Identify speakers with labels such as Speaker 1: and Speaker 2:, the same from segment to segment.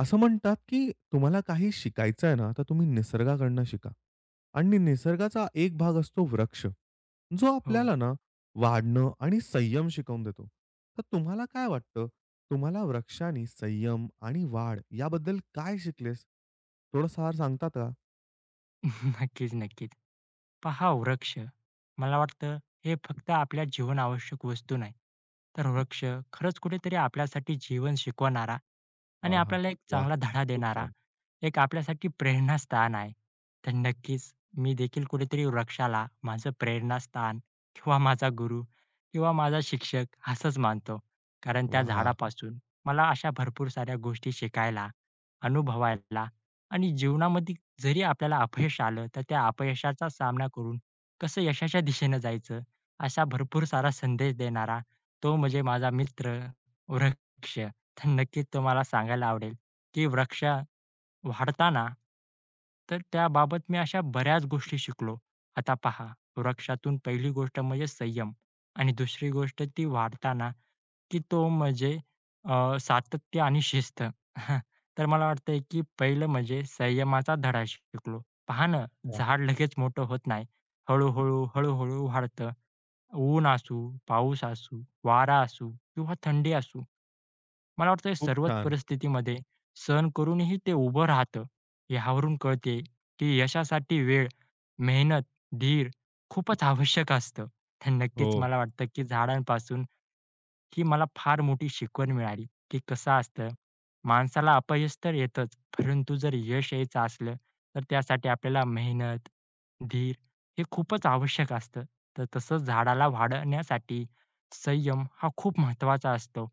Speaker 1: असं म्हणतात, की तुम्हाला काही शिकायचं आहे ना, तर तुम्ही निसर्गाकडनं शिका. आणि निसर्गाचा एक भाग असतो वृक्ष, जो
Speaker 2: हो.
Speaker 1: आपल्याला ना वाढणं आणि संयम शिकवून देतो. तर तुम्हाला काय वाटतं, तुम्हाला वृक्षाने संयम आणि वाढ याबद्दल काय शिकलेस? थोडं सार सांगतात का?
Speaker 2: नक्कीच, नक्कीच. पहा वृक्ष. मला वाटतं हे फक्त आपल्या जीवन आवश्यक वस्तू नाही, तर वृक्ष खरंच कुठेतरी आपल्यासाठी जीवन शिकवणारा आणि
Speaker 1: आहाहा!
Speaker 2: आपल्याला एक
Speaker 1: वाह!
Speaker 2: चांगला धडा
Speaker 1: खूप
Speaker 2: देणारा,
Speaker 1: छान.
Speaker 2: एक आपल्यासाठी प्रेरणास्थान आहे. तर नक्कीच मी देखील कुठेतरी वृक्षाला माझं प्रेरणास्थान किंवा माझा गुरु किंवा माझा शिक्षक असंच मानतो. कारण त्या
Speaker 1: वाह!
Speaker 2: झाडापासून मला अशा भरपूर साऱ्या गोष्टी शिकायला, अनुभवायला आणि जीवनामध्ये जरी आपल्याला अपयश आलं, तर त्या अपयशाचा सामना करून कसं यशाच्या दिशेनं जायचं, असा भरपूर सारा संदेश देणारा तो म्हणजे माझा मित्र वृक्ष. तर नक्कीच तुम्हाला सांगायला आवडेल, की वृक्ष वाढताना तर त्याबाबत मी अशा बऱ्याच गोष्टी शिकलो. आता पहा, वृक्षातून पहिली गोष्ट म्हणजे संयम आणि दुसरी गोष्ट ती वाढताना, की तो म्हणजे सातत्य आणि शिस्त. तर मला वाटतंय की पहिलं म्हणजे संयमाचा धडा शिकलो. पहा ना,
Speaker 1: वाह!
Speaker 2: झाड लगेच मोठं होत नाही. हळू-हळू, हळू-हळू वाढतं. ऊन असू, पाऊस असू, वारा असू किंवा थंडी असू. मला वाटतं
Speaker 1: खूप
Speaker 2: सर्वच
Speaker 1: छान.
Speaker 2: परिस्थितीमध्ये सहन करूनही ते उभं राहतं. यावरून कळते की यशासाठी वेळ, मेहनत, धीर खूपच आवश्यक असतं. तर नक्कीच
Speaker 1: हो.
Speaker 2: मला वाटतं की झाडांपासून ही मला फार मोठी शिकवण मिळाली, की कसं असतं, माणसाला अपयश तर येतच, परंतु जर यश यायचं असलं, तर त्यासाठी आपल्याला मेहनत, धीर हे खूपच आवश्यक असतं. तर तसंच झाडाला वाढण्यासाठी संयम हा खूप महत्त्वाचा असतो.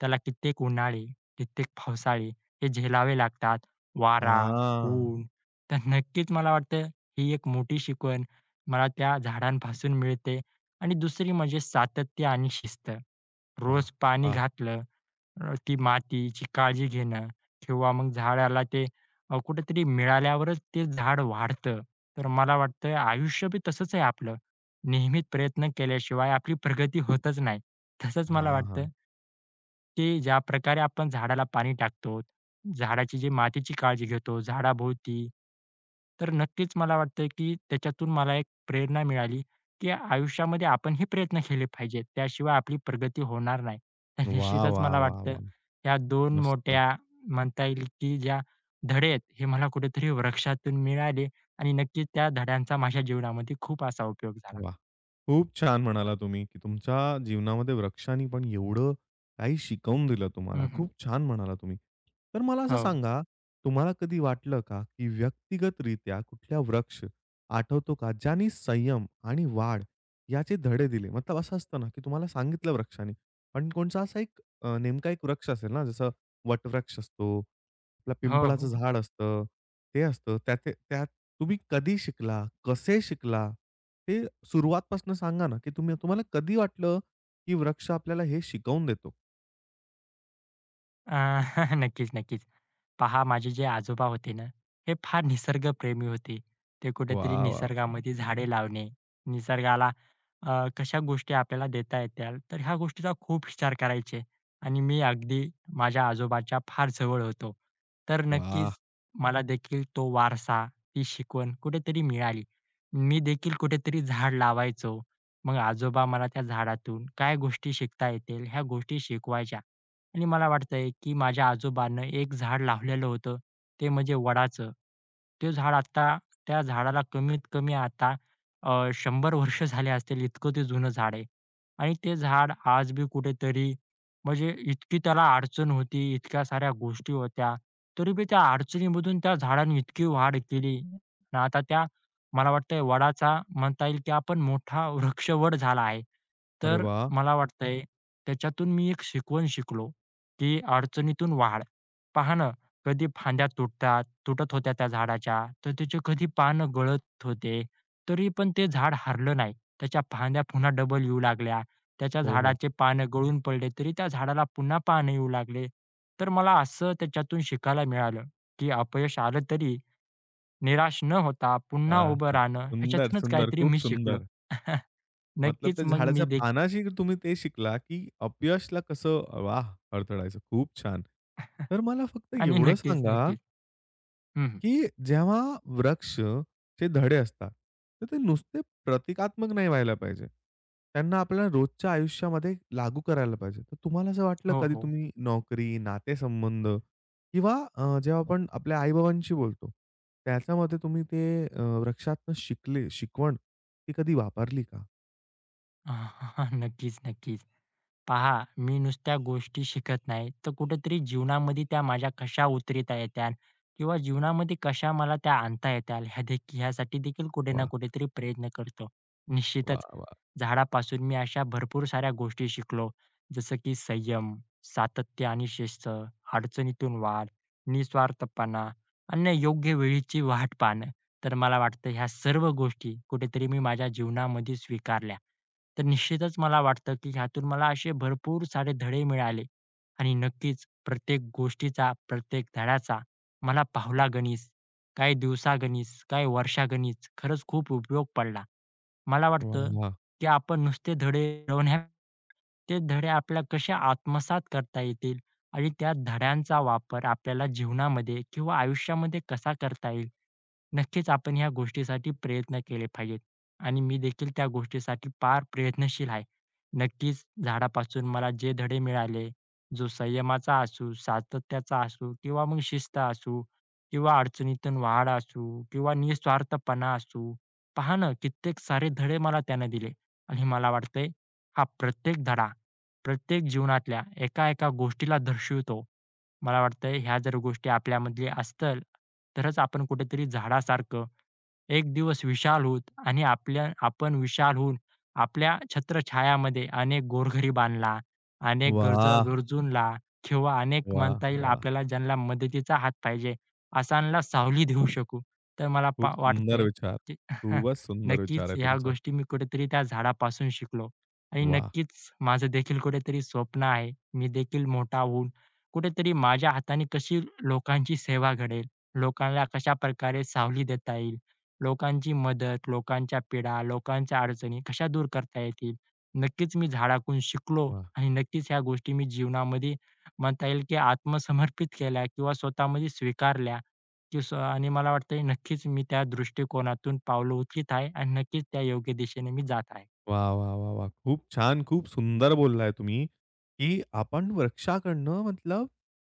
Speaker 2: त्याला कित्येक उन्हाळे, कित्येक पावसाळे हे झेलावे लागतात. वारा,
Speaker 1: हां.
Speaker 2: ऊन तर नक्कीच मला वाटतं ही एक मोठी शिकवण मला त्या झाडांपासून मिळते आणि दुसरी म्हणजे सातत्य आणि शिस्त.
Speaker 1: वाह!
Speaker 2: रोज पाणी
Speaker 1: वाह!
Speaker 2: घातलं ती मातीची काळजी घेणं किंवा मग झाडाला ते कुठेतरी मिळाल्यावरच ते झाड वाढतं. तर मला वाटतंय आयुष्य बी तसंच आहे आपलं. नेहमीच प्रयत्न केल्याशिवाय आपली प्रगती होतच नाही. तसंच मला
Speaker 1: हां,
Speaker 2: वाटतं
Speaker 1: हां.
Speaker 2: की ज्या प्रकारे आपण झाडाला पाणी टाकतो, झाडाची जी मातीची काळजी घेतो, झाडाभोवती, तर नक्कीच मला वाटतं की त्याच्यातून मला एक प्रेरणा मिळाली की आयुष्यामध्ये आपणही प्रयत्न केले पाहिजेत. त्याशिवाय आपली प्रगती होणार नाही. तर
Speaker 1: वाह,
Speaker 2: निश्चितच
Speaker 1: वाह,
Speaker 2: मला
Speaker 1: वाह,
Speaker 2: वाटतं
Speaker 1: वाह!
Speaker 2: या दोन
Speaker 1: मस्त.
Speaker 2: मोठ्या म्हणता येईल, की ज्या धडे आहेत, हे मला कुठेतरी वृक्षातून मिळाले आणि नक्कीच त्या धड्यांचा माझ्या जीवनामध्ये खूप असा उपयोग झाला.
Speaker 1: वाह! खूप छान म्हणाला तुम्ही, की तुमच्या जीवनामध्ये वृक्षांनी पण एवढं काही शिकवून दिलं
Speaker 2: हं,
Speaker 1: तुम्हाला.
Speaker 2: हं.
Speaker 1: खूप छान म्हणाला तुम्ही. तर मला असं
Speaker 2: हो.
Speaker 1: सांगा, तुम्हाला कधी वाटलं का, की व्यक्तिगतरित्या कुठला वृक्ष आठवतो का, ज्याने संयम आणि वाढ याचे धडे दिले? मतलब असं असतं ना, की तुम्हाला सांगितलं वृक्षाने, पण कोणचा असा एक नेमका एक वृक्ष असेल ना, जसं वटवृक्ष असतो, आपलं
Speaker 2: हो,
Speaker 1: पिंपळाचं
Speaker 2: हो.
Speaker 1: झाड असतं, ते असतं. त्यात त्यात तुम्ही कधी शिकला? कसे शिकला? ते सुरुवातपासून सांगा ना, की तुम्हाला कधी वाटलं, की वृक्ष आपल्याला हे शिकवून देतो?
Speaker 2: अ, नक्कीच, नक्कीच. पहा माझे जे आजोबा होते ना, हे फार निसर्गप्रेमी होते. ते कुठेतरी
Speaker 1: वाह, वाह,
Speaker 2: निसर्गामध्ये झाडे लावणे, निसर्गाला अ, कशा गोष्टी आपल्याला देता येतील, तर ह्या गोष्टीचा खूप विचार करायचे आणि मी अगदी माझ्या आजोबाच्या फार जवळ होतो. तर
Speaker 1: वाह!
Speaker 2: नक्कीच मला देखील तो वारसा, ती शिकवण कुठेतरी मिळाली. मी देखील कुठेतरी झाड लावायचो. मग आजोबा मला त्या झाडातून काय गोष्टी शिकता येतील, ह्या गोष्टी शिकवायच्या. आणि मला वाटतंय, की माझ्या आजोबांनी एक झाड लावलेलं होतं, ते म्हणजे वडाचं. ते झाड आता त्या झाडाला कमीत कमी आता 100 वर्ष झाले असतील, इतकं ते जुनं झाड आहे. आणि ते झाड आज बी कुठेतरी म्हणजे इतकी त्याला अडचण होती, इतक्या साऱ्या गोष्टी होत्या, तरी बी त्या अडचणीमधून त्या झाडाने इतकी वाढ केली आणि आता त्या मला वाटतंय वडाचा म्हणता येईल, की आपण मोठा वृक्षवड झाला आहे.
Speaker 1: अरे
Speaker 2: तर
Speaker 1: वाह!
Speaker 2: मला वाटतंय त्याच्यातून मी एक शिकवण शिकलो. की अडचणीतून वाढ. पहा ना, कधी फांद्या तुटत होत्या त्या झाडाच्या, तर त्याचे कधी पानं गळत होते, तरी पण ते झाड हारलं नाही. त्याच्या फांद्या पुन्हा डबल येऊ लागल्या. त्याच्या
Speaker 1: हो, हो.
Speaker 2: झाडाचे पानं गळून पडले, तरी त्या झाडाला पुन्हा पानं येऊ लागले. तर मला असं त्याच्यातून शिकायला मिळालं, की अपयश आलं तरी निराश न होता पुन्हा
Speaker 1: आह!
Speaker 2: उभं
Speaker 1: हां.
Speaker 2: राहणं
Speaker 1: सुंदर,
Speaker 2: ह्याच्यातूनच
Speaker 1: सुंदर.
Speaker 2: काहीतरी
Speaker 1: खूप
Speaker 2: मी शिकलो.
Speaker 1: सुंदर. मतलब
Speaker 2: नक्कीच
Speaker 1: त्या
Speaker 2: मग मी
Speaker 1: झाडाच्या
Speaker 2: देख
Speaker 1: पानाशी तुम्ही ते शिकला, की अपयशला कसं वाह! अडथळायचं. खूप छान. तर मला फक्त
Speaker 2: आणि
Speaker 1: एवढं
Speaker 2: नक्कीच,
Speaker 1: सांगा
Speaker 2: नक्कीच. हं,
Speaker 1: की जेव्हा वृक्षचे धडे असतात, तर ते नुसते प्रतिकात्मक नाही व्हायला पाहिजे. त्यांना आपल्याला रोजच्या आयुष्यामध्ये लागू करायला पाहिजे. तर तुम्हाला असं वाटलं
Speaker 2: हो,
Speaker 1: कधी
Speaker 2: हो.
Speaker 1: तुम्ही नोकरी, नातेसंबंध किंवा जेव्हा आपण आपल्या आई-बाबांशी बोलतो, त्याच्यामध्ये तुम्ही ते वृक्षातनं शिकवण ती कधी वापरली का?
Speaker 2: नक्कीच, नक्कीच. पहा, मी नुसत्या गोष्टी शिकत नाही, तर कुठेतरी जीवनामध्ये त्या माझ्या कशा उतरता येत्याल किंवा जीवनामध्ये कशा मला त्या आणता येत्याल ह्यासाठी देखील कुठे ना
Speaker 1: वाह!
Speaker 2: कुठेतरी प्रयत्न करतो.
Speaker 1: वाह!
Speaker 2: निश्चितच
Speaker 1: वाह!
Speaker 2: झाडापासून मी अशा भरपूर साऱ्या गोष्टी शिकलो. जसं की संयम, सातत्य आणि शिस्त, अडचणीतून वाढ, निस्वार्थपणा आणि योग्य वेळीची वाट पाहणं. तर मला वाटतं ह्या सर्व गोष्टी कुठेतरी मी माझ्या जीवनामध्ये स्वीकारल्या. तर निश्चितच मला वाटतं की ह्यातून मला असे भरपूर सारे धडे मिळाले आणि नक्कीच प्रत्येक गोष्टीचा, प्रत्येक धड्याचा मला पावलागणिक, काही दिवसागणिक, काही वर्षागणिक खरंच खूप उपयोग पडला. मला वाटतं,
Speaker 1: वाह!
Speaker 2: की आपण नुसते धडे मिळवण्या ते धडे आपल्याला कसे आत्मसात करता येतील आणि त्या धड्यांचा वापर आपल्याला जीवनामध्ये किंवा आयुष्यामध्ये कसा करता येईल नक्कीच आपण ह्या गोष्टीसाठी प्रयत्न केले पाहिजेत आणि मी देखील त्या गोष्टीसाठी फार प्रयत्नशील आहे. नक्कीच झाडापासून मला जे धडे मिळाले, जो संयमाचा असू, सातत्याचा असू किंवा मग शिस्त असू किंवा अडचणीतून वाढ असू किंवा निस्वार्थपणा असू, पहा ना कित्येक सारे धडे मला त्यानं दिले आणि मला वाटतंय हा प्रत्येक धडा, प्रत्येक जीवनातल्या एका एका गोष्टीला दर्शवितो मला वाटतंय ह्या जर गोष्टी आपल्यामध्ये असतील, तरच आपण कुठेतरी झाडासारखं एक दिवस विशाल होऊत आणि आपल्या आपण विशाल होऊन आपल्या छत्रछायामध्ये अनेक गोरगरिबांना, अनेक
Speaker 1: वाह!
Speaker 2: गरजूंना किंवा अनेक
Speaker 1: वाह!
Speaker 2: म्हणता येईल
Speaker 1: वाह!
Speaker 2: आपल्याला ज्यांना मदतीचा हात पाहिजे, अशांना सावली देऊ शकू. तर मला
Speaker 1: खूप
Speaker 2: पा
Speaker 1: सुंदर
Speaker 2: वाटतंय
Speaker 1: विचार.
Speaker 2: की
Speaker 1: खूपच सुंदर विचार
Speaker 2: नक्कीच
Speaker 1: आहे
Speaker 2: ह्या
Speaker 1: तुमचा.
Speaker 2: गोष्टी मी कुठेतरी त्या झाडापासून शिकलो आणि
Speaker 1: वाह!
Speaker 2: नक्कीच माझं देखील कुठेतरी स्वप्न आहे. मी देखील मोठा होऊन कुठेतरी माझ्या हाताने कशी लोकांची सेवा घडेल, लोकांना कशाप्रकारे सावली देता येईल, लोकांची मदत, लोकांच्या पीडा, लोकांच्या अडचणी कशा दूर करता येतील. नक्कीच मी झाडाकडून शिकलो
Speaker 1: वाह!
Speaker 2: आणि नक्कीच ह्या गोष्टी मी जीवनामध्ये म्हणता येईल, की आत्मसमर्पित केल्या किंवा स्वतःमध्ये स्वीकारल्या, की स्व आणि मला वाटतंय नक्कीच मी त्या दृष्टिकोनातून पावलं उचलीत आहे आणि नक्कीच त्या योग्य दिशेने मी जात आहे.
Speaker 1: वाह, वाह, वाह, वाह! खूप छान, खूप सुंदर बोललाय तुम्ही, की आपण वृक्षाकडनं मतलब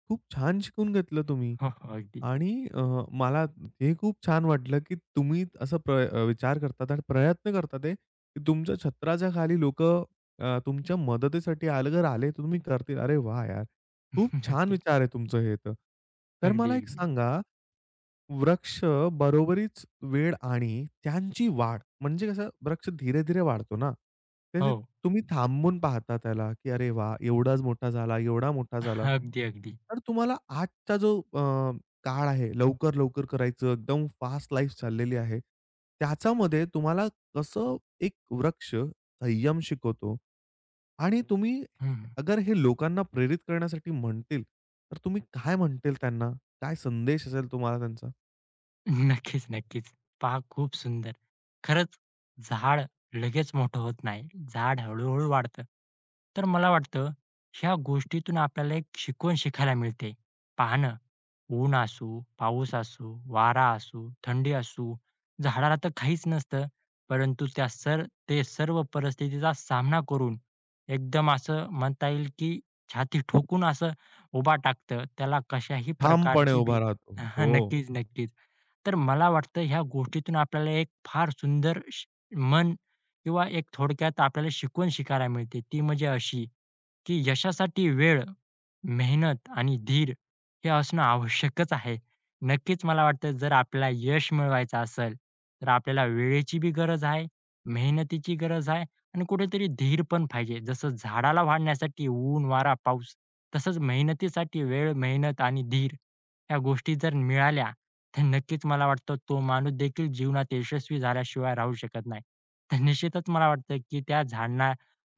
Speaker 1: खूप छान शिकून घेतलं तुम्ही.
Speaker 2: हो, हो. अगदी.
Speaker 1: आणि मला हे खूप छान वाटलं, की तुम्ही असा विचार करतात आणि प्रयत्न करतात आहे, की तुमच्या छत्राच्या खाली लोकं तुमच्या मदतीसाठी अगर आले तर तुम्ही करतील. अरे वाह यार! खूप छान
Speaker 2: नक्कीच.
Speaker 1: विचार आहे तुमचं हे तर. तर
Speaker 2: अगदी,
Speaker 1: मला एक
Speaker 2: अगदी.
Speaker 1: सांगा वृक्ष बरोबरीच वेळ आणि त्यांची वाढ, म्हणजे कसं वृक्ष धीरे-धीरे वाढतो ना.
Speaker 2: हो.
Speaker 1: त्याचे तुम्ही थांबून पाहता त्याला, की "अरे वा एवढाच मोठा झाला, एवढा मोठा झाला."
Speaker 2: अगदी, अगदी.
Speaker 1: तर तुम्हाला आजचा जो काळ आहे, लवकर-लवकर करायचं, एकदम फास्ट लाईफ चाललेली आहे. त्याच्यामध्ये तुम्हाला कसं एक वृक्ष संयम शिकवतो आणि तुम्ही
Speaker 2: हं.
Speaker 1: अगर हे लोकांना प्रेरित करण्यासाठी म्हणतील, तर तुम्ही काय म्हणतील त्यांना? काय संदेश असेल तुम्हाला त्यांचा?
Speaker 2: नक्कीच, नक्कीच. पहा खूप सुंदर. खरंच झाड लगेच मोठं होत नाही. झाड हळू-हळू वाढतं. तर मला वाटतं ह्या गोष्टीतून आपल्याला एक शिकवण शिकायला मिळते. पहा ना, ऊन असू, पाऊस असू, वारा असू, थंडी असू, झाडाला तर काहीच नसतं. परंतु त्या सर ते सर्व परिस्थितीचा सामना करून एकदम असं म्हणता येईल, की छाती ठोकून असं उभा टाकतं. त्याला कशाही
Speaker 1: ठामपणे
Speaker 2: प्रकारची भी
Speaker 1: उभा राहतो. हो.
Speaker 2: नक्कीच, नक्कीच. तर मला वाटतं ह्या गोष्टीतून आपल्याला एक फार सुंदर श म्हण किंवा एक थोडक्यात आपल्याला शिकवण शिकायला मिळते. ती म्हणजे अशी, की यशासाठी वेळ, मेहनत आणि धीर हे असणं आवश्यकच आहे. नक्कीच मला वाटतं जर आपल्याला यश मिळवायचं असेल, तर आपल्याला वेळेची बी गरज आहे, मेहनतीची गरज आहे आणि कुठेतरी धीर पण पाहिजे. जसं झाडाला वाढण्यासाठी ऊन, वारा, पाऊस तसंच मेहनतीसाठी वेळ, मेहनत आणि धीर ह्या गोष्टी जर मिळाल्या, तर नक्कीच मला वाटतं तो माणूस देखील जीवनात यशस्वी झाल्याशिवाय राहू शकत नाही. तर निश्चितच मला वाटतं की त्या झाडांना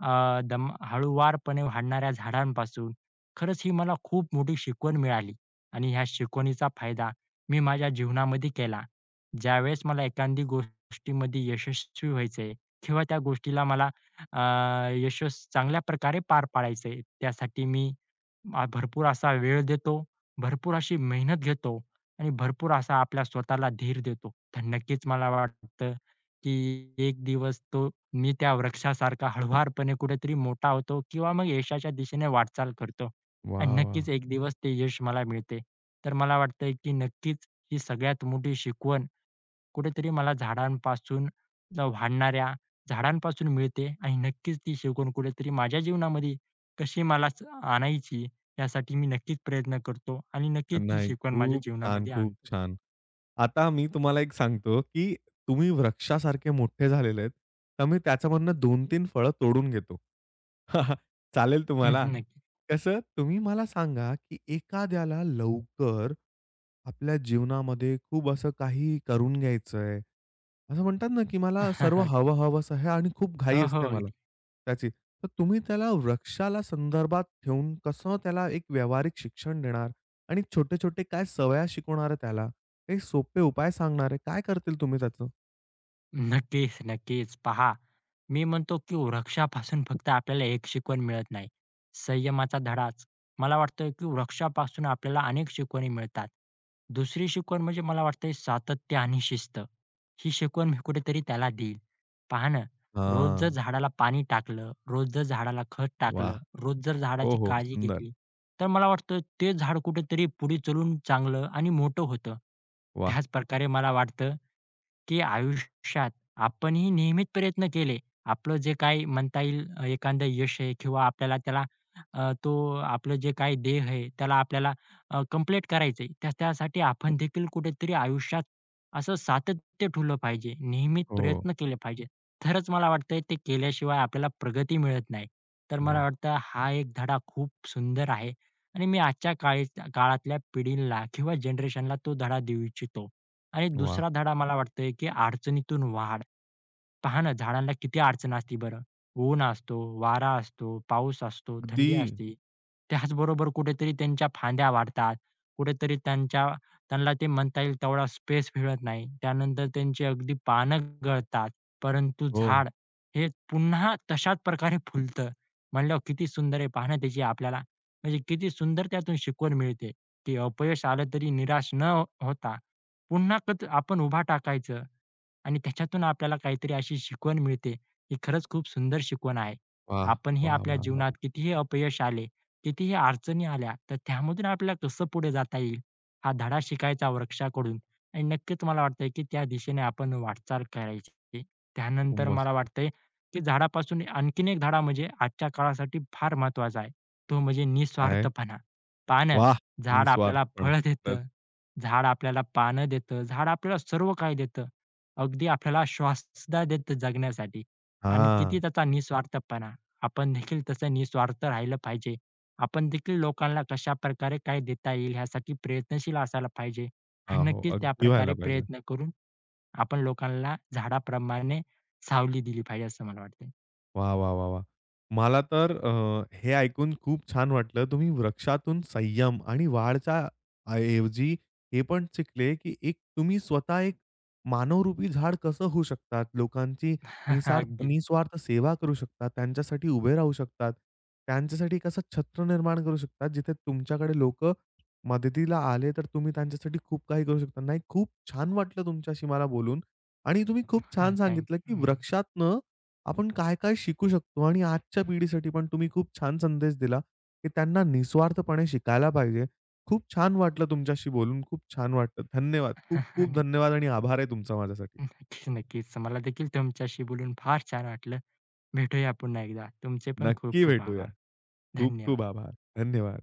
Speaker 2: अ, दम हळूवारपणे वाढणाऱ्या झाडांपासून खरंच ही मला खूप मोठी शिकवण मिळाली आणि ह्या शिकवणीचा फायदा मी माझ्या जीवनामध्ये केला. ज्यावेळेस मला एखादी गोष्टीमध्ये यशस्वी व्हायचंय किंवा त्या गोष्टीला मला अ, यशस्वी चांगल्या प्रकारे पार पाडायचंय त्यासाठी मी भरपूर असा वेळ देतो, भरपूर अशी मेहनत घेतो आणि भरपूर असा आपल्या स्वतःला धीर देतो. तर नक्कीच मला वाटतं, की एक दिवस तो मी त्या वृक्षासारखा हळुवारपणे कुठेतरी मोठा होतो किंवा मग यशाच्या दिशेने वाटचाल करतो आणि
Speaker 1: वाह,
Speaker 2: नक्कीच
Speaker 1: वाह!
Speaker 2: एक दिवस ते यश मला मिळते. तर मला वाटतंय, की नक्कीच ही सगळ्यात मोठी शिकवण कुठेतरी मला झाडांपासून वाढणाऱ्या झाडांपासून मिळते आणि नक्कीच ती शिकवण कुठेतरी माझ्या जीवनामध्ये कशी मला आणायची यासाठी मी नक्कीच प्रयत्न करतो आणि नक्कीच ती
Speaker 1: नाही.
Speaker 2: शिकवण माझ्या
Speaker 1: खूप छान,
Speaker 2: जीवनामध्ये
Speaker 1: खूप
Speaker 2: आणतो.
Speaker 1: छान. आता मी तुम्हाला एक सांगतो, की तुम्ही वृक्षासारखे मोठे झालेले आहेत, तर मी त्याच्यामधनं 2-3 फळं तोडून घेतो. चालेल तुम्हाला?
Speaker 2: नक्की.
Speaker 1: कसं तुम्ही मला सांगा, की एखाद्याला लवकर आपल्या जीवनामध्ये खूप असं काही करून घ्यायचं आहे. असं म्हणतात ना, की मला सर्व
Speaker 2: अगदी.
Speaker 1: हवं हवंसं आहे आणि खूप
Speaker 2: हो,
Speaker 1: घाई असते
Speaker 2: हो.
Speaker 1: मला त्याची. तर तुम्ही त्याला वृक्षाला संदर्भात ठेवून कसं त्याला एक व्यावहारिक शिक्षण देणार आणि छोटे-छोटे काय सवया शिकवणार आहे त्याला? काही सोपे उपाय सांगणार आहे. काय करतील तुम्ही त्याचं?
Speaker 2: नक्कीच, नक्कीच. पहा, मी म्हणतो की वृक्षापासून फक्त आपल्याला एक शिकवण मिळत नाही, संयमाचा धडाच. मला वाटतं की वृक्षापासून आपल्याला अनेक शिकवणी मिळतात. दुसरी शिकवण म्हणजे मला वाटतंय सातत्य आणि शिस्त. ही शिकवण मी कुठेतरी त्याला देईल. पहा ना, रोज जर
Speaker 1: हां.
Speaker 2: झाडाला पाणी टाकलं, रोज जर झाडाला खत
Speaker 1: वाह!
Speaker 2: टाकलं, रोज जर
Speaker 1: हो,
Speaker 2: झाडाची
Speaker 1: हो.
Speaker 2: काळजी
Speaker 1: सुंदर.
Speaker 2: घेतली, तर मला वाटतं ते झाड कुठेतरी पुढे चलून चांगलं आणि मोठं होतं.
Speaker 1: वाह!
Speaker 2: त्याच प्रकारे मला वाटतं की आयुष्यात आपणही नियमित प्रयत्न केले, आपलं जे काही म्हणता येईल एखादं यश आहे किंवा आपल्याला त्याला अ, तो आपलं जे काही ध्येय आहे, त्याला आपल्याला कंप्लीट त्यासाठी आपण देखील कुठेतरी आयुष्यात असं सातत्य ठेवलं पाहिजे, नियमित
Speaker 1: हो.
Speaker 2: प्रयत्न केले पाहिजे. तरच मला वाटतंय ते केल्याशिवाय आपल्याला प्रगती मिळत नाही. तर मला
Speaker 1: वाह!
Speaker 2: वाटतं हा एक धडा खूप सुंदर आहे आणि मी आजच्या काळी काळातल्या पिढीला किंवा जनरेशनला तो धडा देऊ इच्छितो. आणि
Speaker 1: वाह!
Speaker 2: दुसरा धडा मला वाटतंय, की अडचणीतून वाढ. पहा ना, झाडांना किती अडचण असते बरं. ऊन असतो, वारा असतो, पाऊस असतो,
Speaker 1: अगदी.
Speaker 2: थंडी असते. त्याचबरोबर कुठेतरी त्यांच्या फांद्या वाढतात. कुठेतरी त्यांच्या त्यांना ते म्हणता येईल तेवढा स्पेस मिळत नाही. त्यानंतर त्यांची अगदी पानं गळतात. परंतु
Speaker 1: हो.
Speaker 2: झाड हे पुन्हा तशाच प्रकारे फुलतं. म्हणल्यावर किती सुंदर आहे. पहा त्याची आपल्याला म्हणजे किती सुंदर त्यातून शिकवण मिळते, की अपयश आलं तरी निराश न होता पुन्हा आपण उभा टाकायचं. आणि त्याच्यातून आपल्याला काहीतरी अशी शिकवण मिळते, ही खरंच खूप सुंदर शिकवण आहे.
Speaker 1: वाह!
Speaker 2: आपणही
Speaker 1: वाह,
Speaker 2: आपल्या
Speaker 1: वाह,
Speaker 2: जीवनात
Speaker 1: वाह!
Speaker 2: कितीही अपयश आले, कितीही अडचणी आल्या, तर त्यामधून आपल्याला कसं पुढे जाता येईल, हा धडा शिकायचा वृक्षाकडून आणि नक्कीच मला वाटतंय, की त्या दिशेने आपण वाटचाल करायची.
Speaker 1: खूप
Speaker 2: त्यानंतर मला
Speaker 1: मस्त.
Speaker 2: वाटतंय, की झाडापासून आणखीन एक धडा म्हणजे आजच्या काळासाठी फार महत्वाचा आहे. तो म्हणजे
Speaker 1: काय?
Speaker 2: निस्वार्थपणा. पहा ना,
Speaker 1: वाह!
Speaker 2: झाड आपल्याला
Speaker 1: निस्वार्थपणा.
Speaker 2: फळं
Speaker 1: खरंच.
Speaker 2: देतं, झाड आपल्याला पानं देतं, झाड आपल्याला सर्व काही देतं. अगदी आपल्याला श्वास सुद्धा देतं जगण्यासाठी आणि
Speaker 1: हां.
Speaker 2: किती त्याचा निस्वार्थपणा. आपण देखील तसं निस्वार्थ राहिलं पाहिजे. आपण देखील लोकांना कशाप्रकारे काय देता येईल ह्यासाठी प्रयत्नशील असायला पाहिजे आणि
Speaker 1: हां, हो.
Speaker 2: नक्कीच
Speaker 1: अगदी
Speaker 2: त्याप्रकारे
Speaker 1: व्हायला पाहिजे.
Speaker 2: प्रयत्न करून आपण लोकांना झाडाप्रमाणे सावली दिली पाहिजे असं मला वाटतंय.
Speaker 1: वाह, वाह, वाह, वाह! मला तर हे ऐकून खूप छान वाटलं. तुम्ही वृक्षातून संयम आणि वाढच्या ऐवजी हे पण शिकले, की एक तुम्ही स्वतः एक मानवरूपी झाड कसं होऊ शकतात. लोकांची निस्वार्थ
Speaker 2: अगदी.
Speaker 1: निस्वार्थ सेवा करू शकतात. त्यांच्यासाठी उभे राहू शकतात. त्यांच्यासाठी कसं छत्र निर्माण करू शकतात. जिथे तुमच्याकडे लोकं मदतीला आले, तर तुम्ही त्यांच्यासाठी खूप काही करू शकता. नाही, खूप छान वाटलं तुमच्याशी मला बोलून आणि तुम्ही खूप छान
Speaker 2: थँक
Speaker 1: सांगितलं,
Speaker 2: यू.
Speaker 1: की
Speaker 2: हं.
Speaker 1: वृक्षातनं आपण काय-काय शिकू शकतो आणि आजच्या पिढीसाठी पण तुम्ही खूप छान संदेश दिला, की त्यांना निस्वार्थपणे शिकायला पाहिजे. खूप छान वाटलं तुमच्याशी बोलून. खूप छान वाटलं. धन्यवाद. खूप खूप
Speaker 2: नक्की,
Speaker 1: धन्यवाद आणि आभार आहे तुमचा माझ्यासाठी.
Speaker 2: नक्कीच, नक्कीच. मला देखील तुमच्याशी बोलून फार छान वाटलं. भेटूया पुन्हा एकदा. तुमचे पण खूप
Speaker 1: नक्की
Speaker 2: खूप
Speaker 1: भेटूया.
Speaker 2: आभार.
Speaker 1: खूप खूप
Speaker 2: धन्यवाद.
Speaker 1: आभार. धन्यवाद.